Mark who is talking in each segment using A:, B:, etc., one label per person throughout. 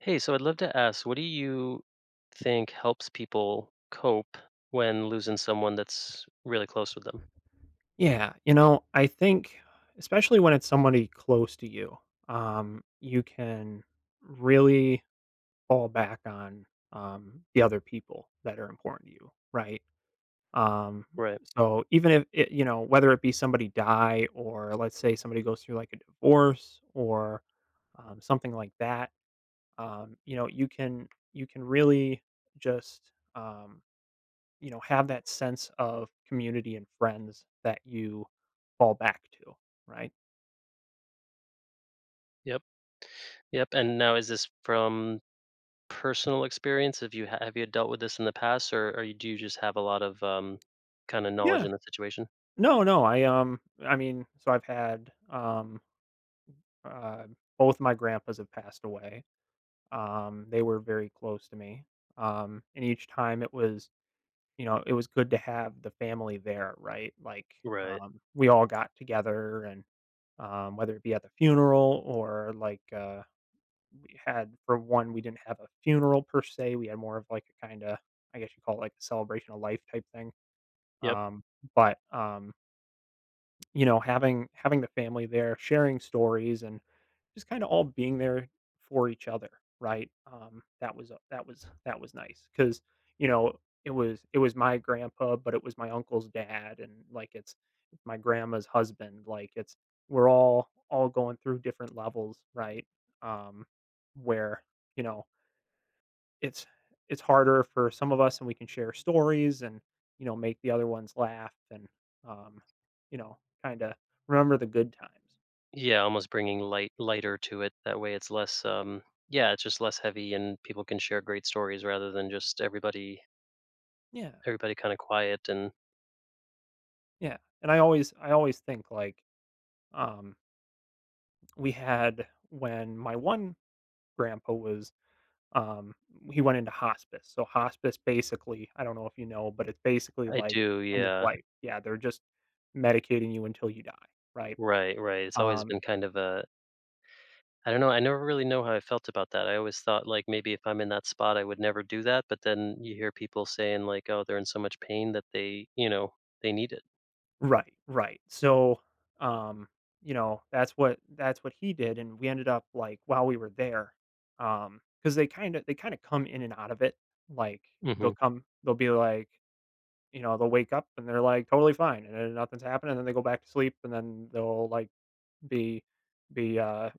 A: Hey, so I'd love to ask, what do you think helps people cope when losing someone that's really close with them?
B: Yeah, I think especially when it's somebody close to you, you can really fall back on the other people that are important to you, right? Um,
A: Right.
B: so even if it, whether it be somebody die or let's say somebody goes through like a divorce or something like that, you can really just have that sense of community and friends that you fall back to, right?
A: Yep. Yep. And now, is this from personal experience? Have you dealt with this in the past, or do you just have a lot of kind of knowledge
B: Yeah.
A: in the situation?
B: No, no, I mean, so I've had, uh, both my grandpas have passed away. They were very close to me. And each time it was, it was good to have the family there, right? Like,
A: Right.
B: we all got together and, whether it be at the funeral or like, had for one, we didn't have a funeral per se, we had more of like a kinda, I guess you call it like a celebration of life type thing.
A: Yep.
B: Um, but, having the family there, sharing stories and just kinda all being there for each other, right? That was nice because you know, it was my grandpa, but it was my uncle's dad and like it's my grandma's husband, like it's we're all going through different levels, right? Um, where, you know it's it's harder for some of us and we can share stories and, make the other ones laugh and um, you know, kinda remember the good times.
A: Yeah. Almost bringing lighter to it. That way, it's less. Yeah, it's just less heavy, and people can share great stories rather than just everybody
B: Yeah,
A: everybody kind of quiet and
B: yeah. And I always think like, um, we had when my one grandpa was, um, he went into hospice. So hospice basically, I don't know if you know, but it's basically
A: I
B: like
A: do,
B: end of
A: yeah.
B: life. Yeah, they're just medicating you until you die, right?
A: Right, right. It's always
B: Um
A: been kind of a I don't know, I never really know how I felt about that. I always thought, like, maybe if I'm in that spot, I would never do that, but then you hear people saying, like, "Oh, they're in so much pain that they, they need it."
B: Right, right. So, um, that's what he did, and we ended up like while we were there, because they kind of come in and out of it. Like,
A: Mhm.
B: they'll be like, they'll wake up and they're like totally fine, and then nothing's happened, and then they go back to sleep, and then they'll like be be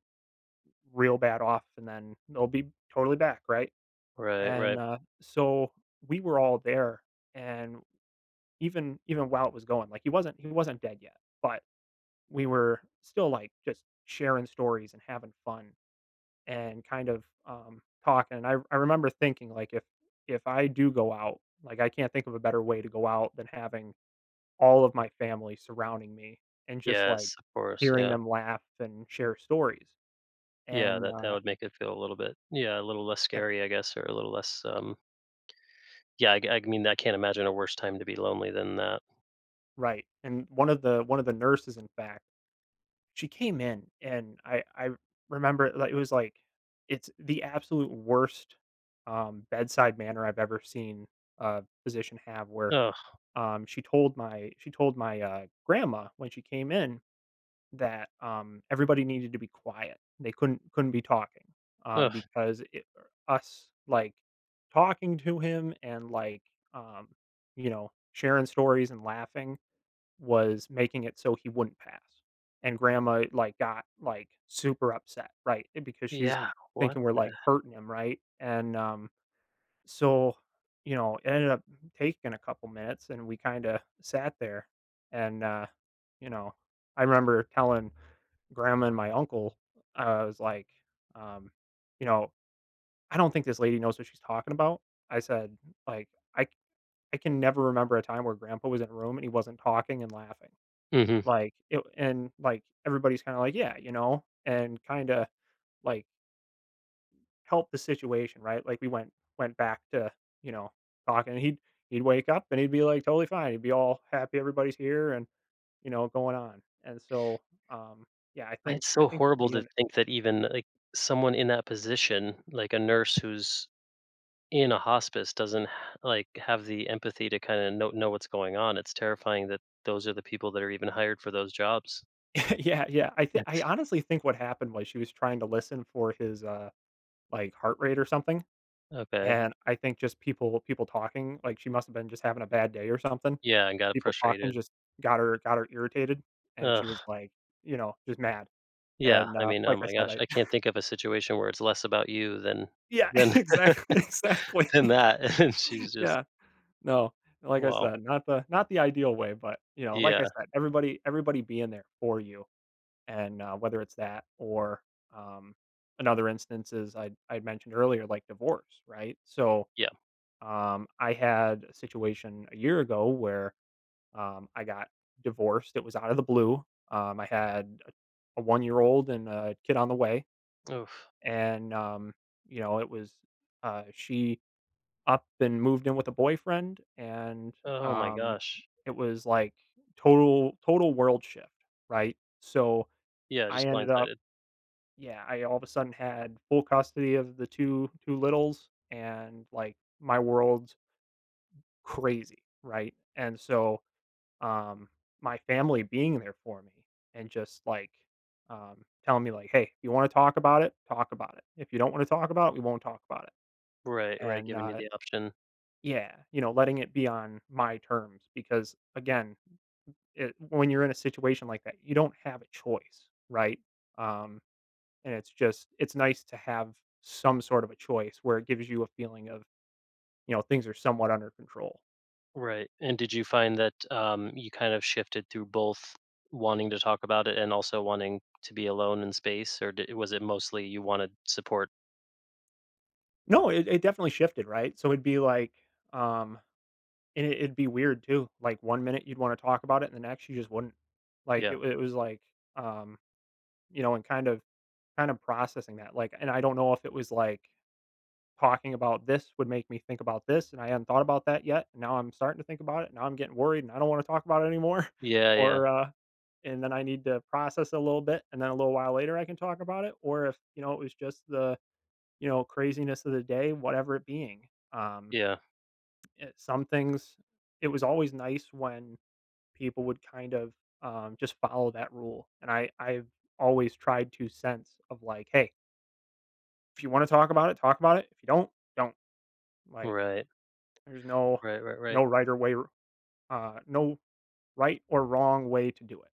B: real bad off, and then they'll be totally back, right?
A: Right,
B: And
A: right.
B: uh, so we were all there, and even while it was going, like he wasn't dead yet, but we were still, like, just sharing stories and having fun and kind of, talking, and I remember thinking, like, if I do go out, like, I can't think of a better way to go out than having all of my family surrounding me and just, like,
A: Yes, of course,
B: hearing
A: yeah.
B: them laugh and share stories,
A: Yeah,
B: and,
A: that that would make it feel a little bit yeah, a little less
B: yeah,
A: scary, I guess, or a little less, yeah, I mean, I can't imagine a worse time to be lonely than that.
B: right, and one of the nurses, in fact. She came in and I remember like it was like it's the absolute worst bedside manner I've ever seen a physician have where
A: Ugh,
B: she told my grandma when she came in that everybody needed to be quiet. They couldn't be talking
A: ugh,
B: because it, us like talking to him and like um sharing stories and laughing was making it so he wouldn't pass. And grandma, like, got, like, super upset, right? Because she's
A: yeah, what?
B: thinking we're, like, hurting him, right? And so, it ended up taking a couple minutes and we kind of sat there. And, you know, I remember telling grandma and my uncle, I was like, um, you know, I don't think this lady knows what she's talking about. I said, like, I, I can never remember a time where grandpa was in a room and he wasn't talking and laughing.
A: Mhm.
B: Like, it and, like, everybody's kinda like, "Yeah," and kinda, like, help the situation, right? Like, we went back to, you know, talking, and he'd wake up, and he'd be, like, totally fine. He'd be all happy everybody's here and, going on. And so, um, yeah, I think
A: It's
B: I
A: so
B: think just
A: horrible to
B: being.
A: think that even, like, someone in that position, like a nurse who's in a hospice doesn't h like, have the empathy to kinda know what's going on. It's terrifying that those are the people that are even hired for those jobs.
B: Yeah, yeah. I
A: It's
B: honestly think what happened was she was trying to listen for his, like, heart rate or something.
A: okay.
B: And I think just people talking, like, she must have been just having a bad day or something.
A: Yeah, and got
B: People talking
A: frustrated.
B: just got her irritated, and she was,
A: Ugh,
B: like, just mad,
A: yeah,
B: and,
A: I mean, oh
B: like I
A: my
B: said,
A: gosh,
B: I.
A: I can't think of a situation where it's less about you
B: Yeah,
A: than
B: exactly, exactly.
A: than that, and she's just
B: Yeah, no, like I
A: wow.
B: said, not the ideal way, but, like I
A: Yeah,
B: said, everybody being there for you, and, whether it's that or, um, another instance is I mentioned earlier, like, divorce, right? So,
A: yeah.
B: I had a situation a year ago where. I got divorced. It was out of the blue. I had a 1-year-old old and a kid on the way.
A: Oof.
B: And, you know, it was, she up and moved in with a boyfriend. And
A: Oh my
B: um,
A: gosh.
B: it was like total, total world shift. Right. So
A: Yeah,
B: I
A: just
B: ended up,
A: blindsided.
B: yeah, I all of a sudden had full custody of the two littles and like my world's crazy. Right. And so, um, my family being there for me and just like telling me like, "Hey, if you want to talk about it, talk about it. If you don't want to talk about it, we won't talk about it."
A: Right, right,
B: And
A: giving you
B: uh,
A: the option.
B: yeah, letting it be on my terms because again, it, when you're in a situation like that, you don't have a choice, right? Um, and it's nice to have some sort of a choice where it gives you a feeling of things are somewhat under control.
A: Right, and did you find that, you kind of shifted through both wanting to talk about it and also wanting to be alone in space, or di was it mostly you wanted support?
B: No, it definitely shifted, right? So it'd be like um and it'd be weird too. Like, one minute you'd wanna talk about it, and the next you just wouldn't. Like,
A: Yeah.
B: it was like, um, and kind of processing that, like, and I don't know if it was, like, talking about this would make me think about this, and I hadn't thought about that yet, and now I'm starting to think about it, now I'm getting worried, and I don't wanna talk about it anymore,
A: Yeah, yeah,
B: or, and then I need to process a little bit, and then a little while later I can talk about it, or if, it was just the, craziness of the day, whatever it being. Um,
A: yeah.
B: some things it was always nice when people would kind of, just follow that rule, and I've always tried to sense of, like, "Hey, if you wanna talk about it, talk about it. If you don't, don't." Like,
A: Right,
B: there's
A: right, right, right,
B: no right or way no right or wrong way to do it.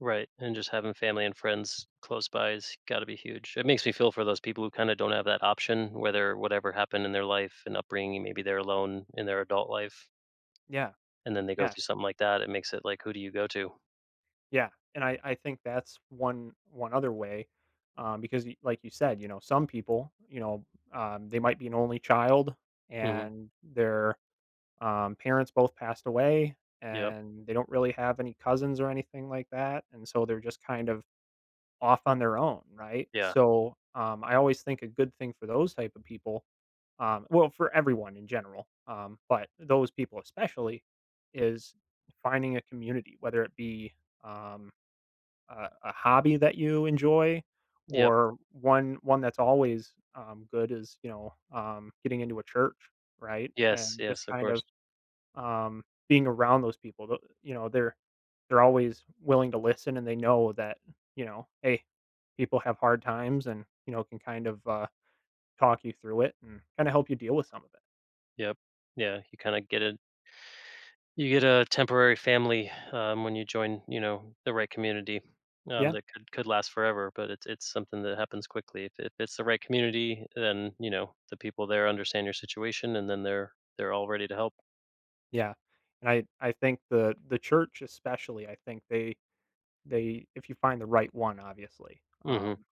A: right, and just having family and friends close by has gotta be huge. It makes me feel for those people who kinda don't have that option, whether whatever happened in their life and upbringing, maybe they're alone in their adult life,
B: Yeah,
A: and then they go
B: yeah,
A: through something like that, it makes it like, who do you go to?
B: yeah, and I think that's one other way, because y like you said, some people, they might be an only child,
A: Mhm.
B: and they're parents both passed away,
A: Yep.
B: and they don't really have any cousins or anything like that, and so they're just kind of off on their own, right?
A: Yeah.
B: So, I always think a good thing for those type of people, well, for everyone in general, but those people especially, is finding a community, whether it be um, a hobby that you enjoy,
A: Yep.
B: or one that's always good is getting into a church, right?
A: Yes,
B: And
A: yes,
B: just
A: of
B: kind
A: course.
B: of um, being around those people, th they're always willing to listen and they know that, hey, people have hard times and, can kind of, talk you through it and kinda help you deal with some of it.
A: Yep. Yeah, you kinda get a you get a temporary family, when you join, you know, the right community,
B: Yeah,
A: that could last forever, but it's something that happens quickly. If it's the right community, then, you know, the people there understand your situation, and then they're all ready to help.
B: yeah, and I think the church especially, I think they if you find the right one, obviously,
A: Mhm.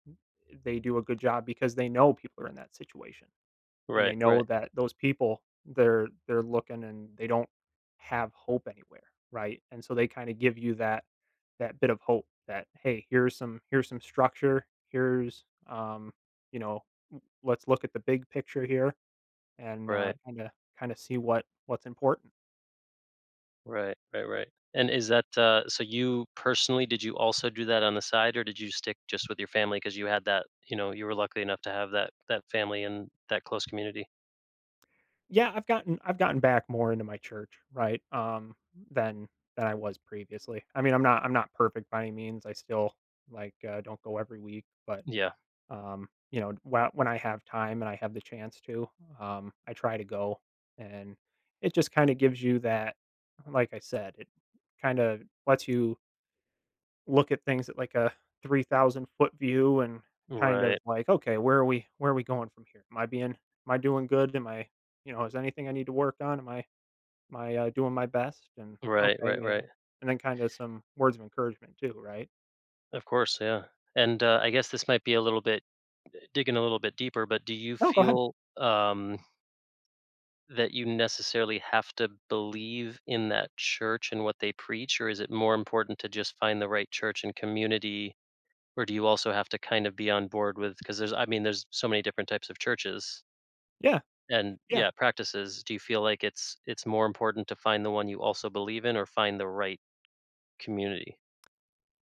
B: they do a good job because they know people are in that situation. And
A: Right,
B: they know
A: right,
B: that those people they're looking and they don't have hope anywhere, right? And so they kind of give you that bit of hope that hey, here's some structure, here's you know, let's look at the big picture here and
A: right,
B: kind of see what's important.
A: right, right, right. And is that, so you personally, did you also do that on the side, or did you stick just with your family because you had that you know, you were lucky enough to have that that family and that close community?
B: Yeah, I've gotten back more into my church, right? Than I was previously. I mean, I'm not perfect by any means. I still like don't go every week, but.
A: Yeah.
B: When I have time and I have the chance to, I try to go, and it just kind of gives you that. Like I said, it kind of lets you look at things at like a 3,000 foot view and kind
A: Right.
B: of like, okay, where are we? Where are we going from here? Am I being? Am I doing good? Am I? You know, is anything I need to work on? Am I? Am I doing my best? And
A: Right,
B: okay,
A: right,
B: yeah,
A: right.
B: and then kind of some words of encouragement too, right?
A: Of course, yeah. And, I guess this might be a little bit digging a little bit deeper, but do you
B: No, go ahead.
A: feel, that you necessarily have to believe in that church and what they preach, or is it more important to just find the right church and community? Or do you also have to kind of be on board with? Because there's I mean, there's so many different types of churches
B: Yeah,
A: and,
B: yeah.
A: yeah, practices. Do you feel like it's more important to find the one you also believe in or find the right community?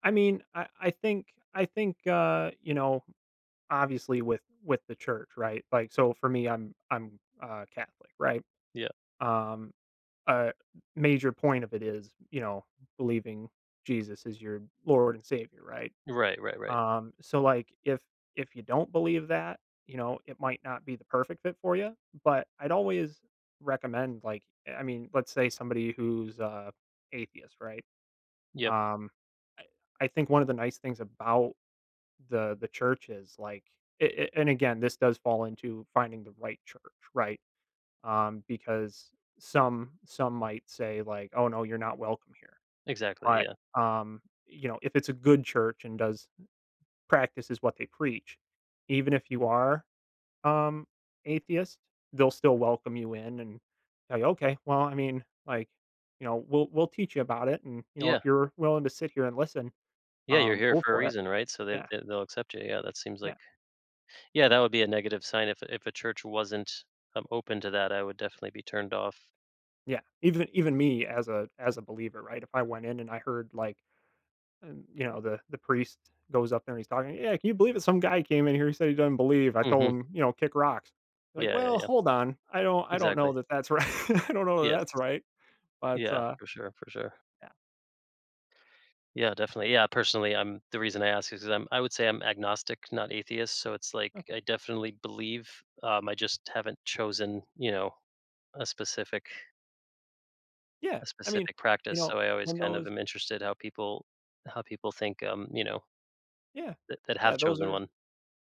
B: I mean, I think you know, obviously with the church, right? Like so for me I'm Catholic, right?
A: Yeah.
B: Um a major point of it is, you know, believing Jesus is your Lord and Savior, right?
A: Right, right, right.
B: So like if you don't believe that, you know, it might not be the perfect fit for you, but I'd always recommend, like I mean, let's say somebody who's atheist, right?
A: Yep,
B: Um I think one of the nice things about the church is like and again, this does fall into finding the right church, right, because some might say like, oh no, you're not welcome here,
A: exactly,
B: but
A: yeah.
B: um you know, if it's a good church and does practices what they preach, even if you are um atheist, they'll still welcome you in and tell you, okay, well, I mean, like, you know, we'll teach you about it, and you know,
A: Yeah.
B: if you're willing to sit here and listen,
A: Yeah, you're here
B: go
A: for a
B: for it.
A: reason, right? So they
B: Yeah,
A: they'll accept you. Yeah, that seems
B: yeah.
A: like yeah, that would be a negative sign if a church wasn't, open to that, I would definitely be turned off.
B: Yeah, even me as a believer, right? If I went in and I heard, like, you know, the priest goes up there and he's talking, yeah, can you believe it? Some guy came in here. He said he doesn't believe. I told
A: Mhm.
B: him, kick rocks. Like,
A: Yeah, yeah,
B: well,
A: yeah.
B: hold on. I don't know
A: Exactly.
B: that that's right. I don't know that
A: Yes.
B: that's right. But
A: Yeah, for sure, for sure.
B: yeah,
A: Yeah, definitely. Yeah, personally, I'm the reason I ask is 'cause I would say I'm agnostic, not atheist, so it's like
B: okay.
A: I definitely believe, I just haven't chosen, you know, a specific
B: Yeah.
A: a
B: I mean,
A: specific
B: you
A: practice, so
B: know,
A: I always
B: when
A: kind of
B: those,
A: am interested how people think,
B: yeah,
A: that that have
B: yeah, those
A: chosen
B: are
A: one.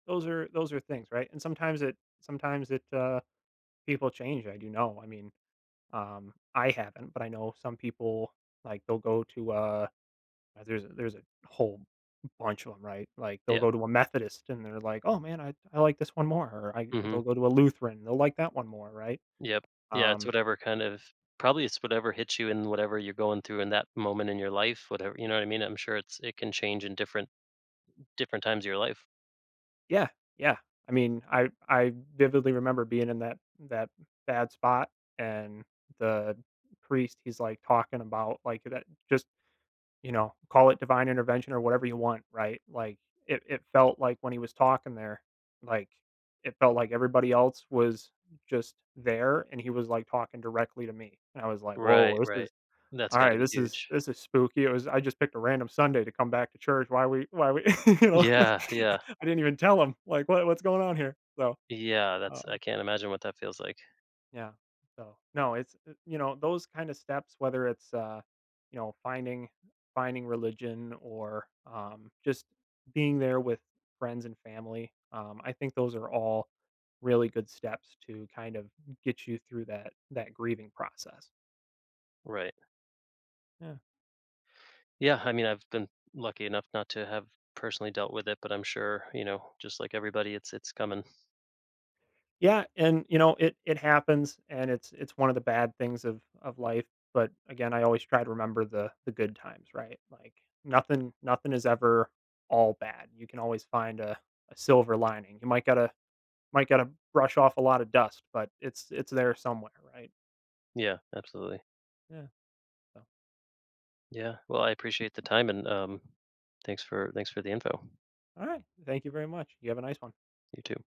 B: those are those are things, right? And sometimes it people change. I do know. I mean, I haven't, but I know some people, like, they'll go to there's a whole bunch of them, right? Like, they'll
A: Yeah.
B: go to a Methodist, and they're like, "Oh, man, I like this one more," or I
A: Mhm.
B: they'll go to a Lutheran, they'll like that one more, right?
A: Yep. Yeah, it's
B: Um,
A: whatever kind of probably it's whatever hits you in whatever you're going through in that moment in your life, whatever, you know what I mean? I'm sure it's it can change in different times of your life.
B: yeah, yeah. I mean, I vividly remember being in that bad spot, and the priest, he's like talking about, like, that just, call it divine intervention or whatever you want, right? Like, it felt like when he was talking there, like it felt like everybody else was just there, and he was like talking directly to me. And I was like, whoa,
A: Right,
B: this
A: right.
B: is,
A: That's
B: all
A: gotta
B: right,
A: be
B: this is
A: huge.
B: this is spooky. It was I just picked a random Sunday to come back to church. Why we you know
A: Yeah, yeah.
B: I didn't even tell him like what's going on here. So
A: Yeah, that's I
B: um
A: can't imagine what that feels like.
B: yeah. So, no, it's those kind of steps, whether it's you know, finding finding religion, or just being there with friends and family. I think those are all really good steps to kind of get you through that grieving process.
A: Right.
B: Yeah.
A: Yeah, I mean, I've been lucky enough not to have personally dealt with it, but I'm sure, you know, just like everybody, it's coming.
B: Yeah, and it happens, and it's one of the bad things of life, but again, I always try to remember the good times, right? Like nothing is ever all bad. You can always find a silver lining. You might got to brush off a lot of dust, but it's there somewhere, right?
A: Yeah, absolutely.
B: Yeah. So,
A: Yeah. Well, I appreciate the time and thanks for thanks for the info.
B: all right. Thank you very much. You have a nice one.
A: You too.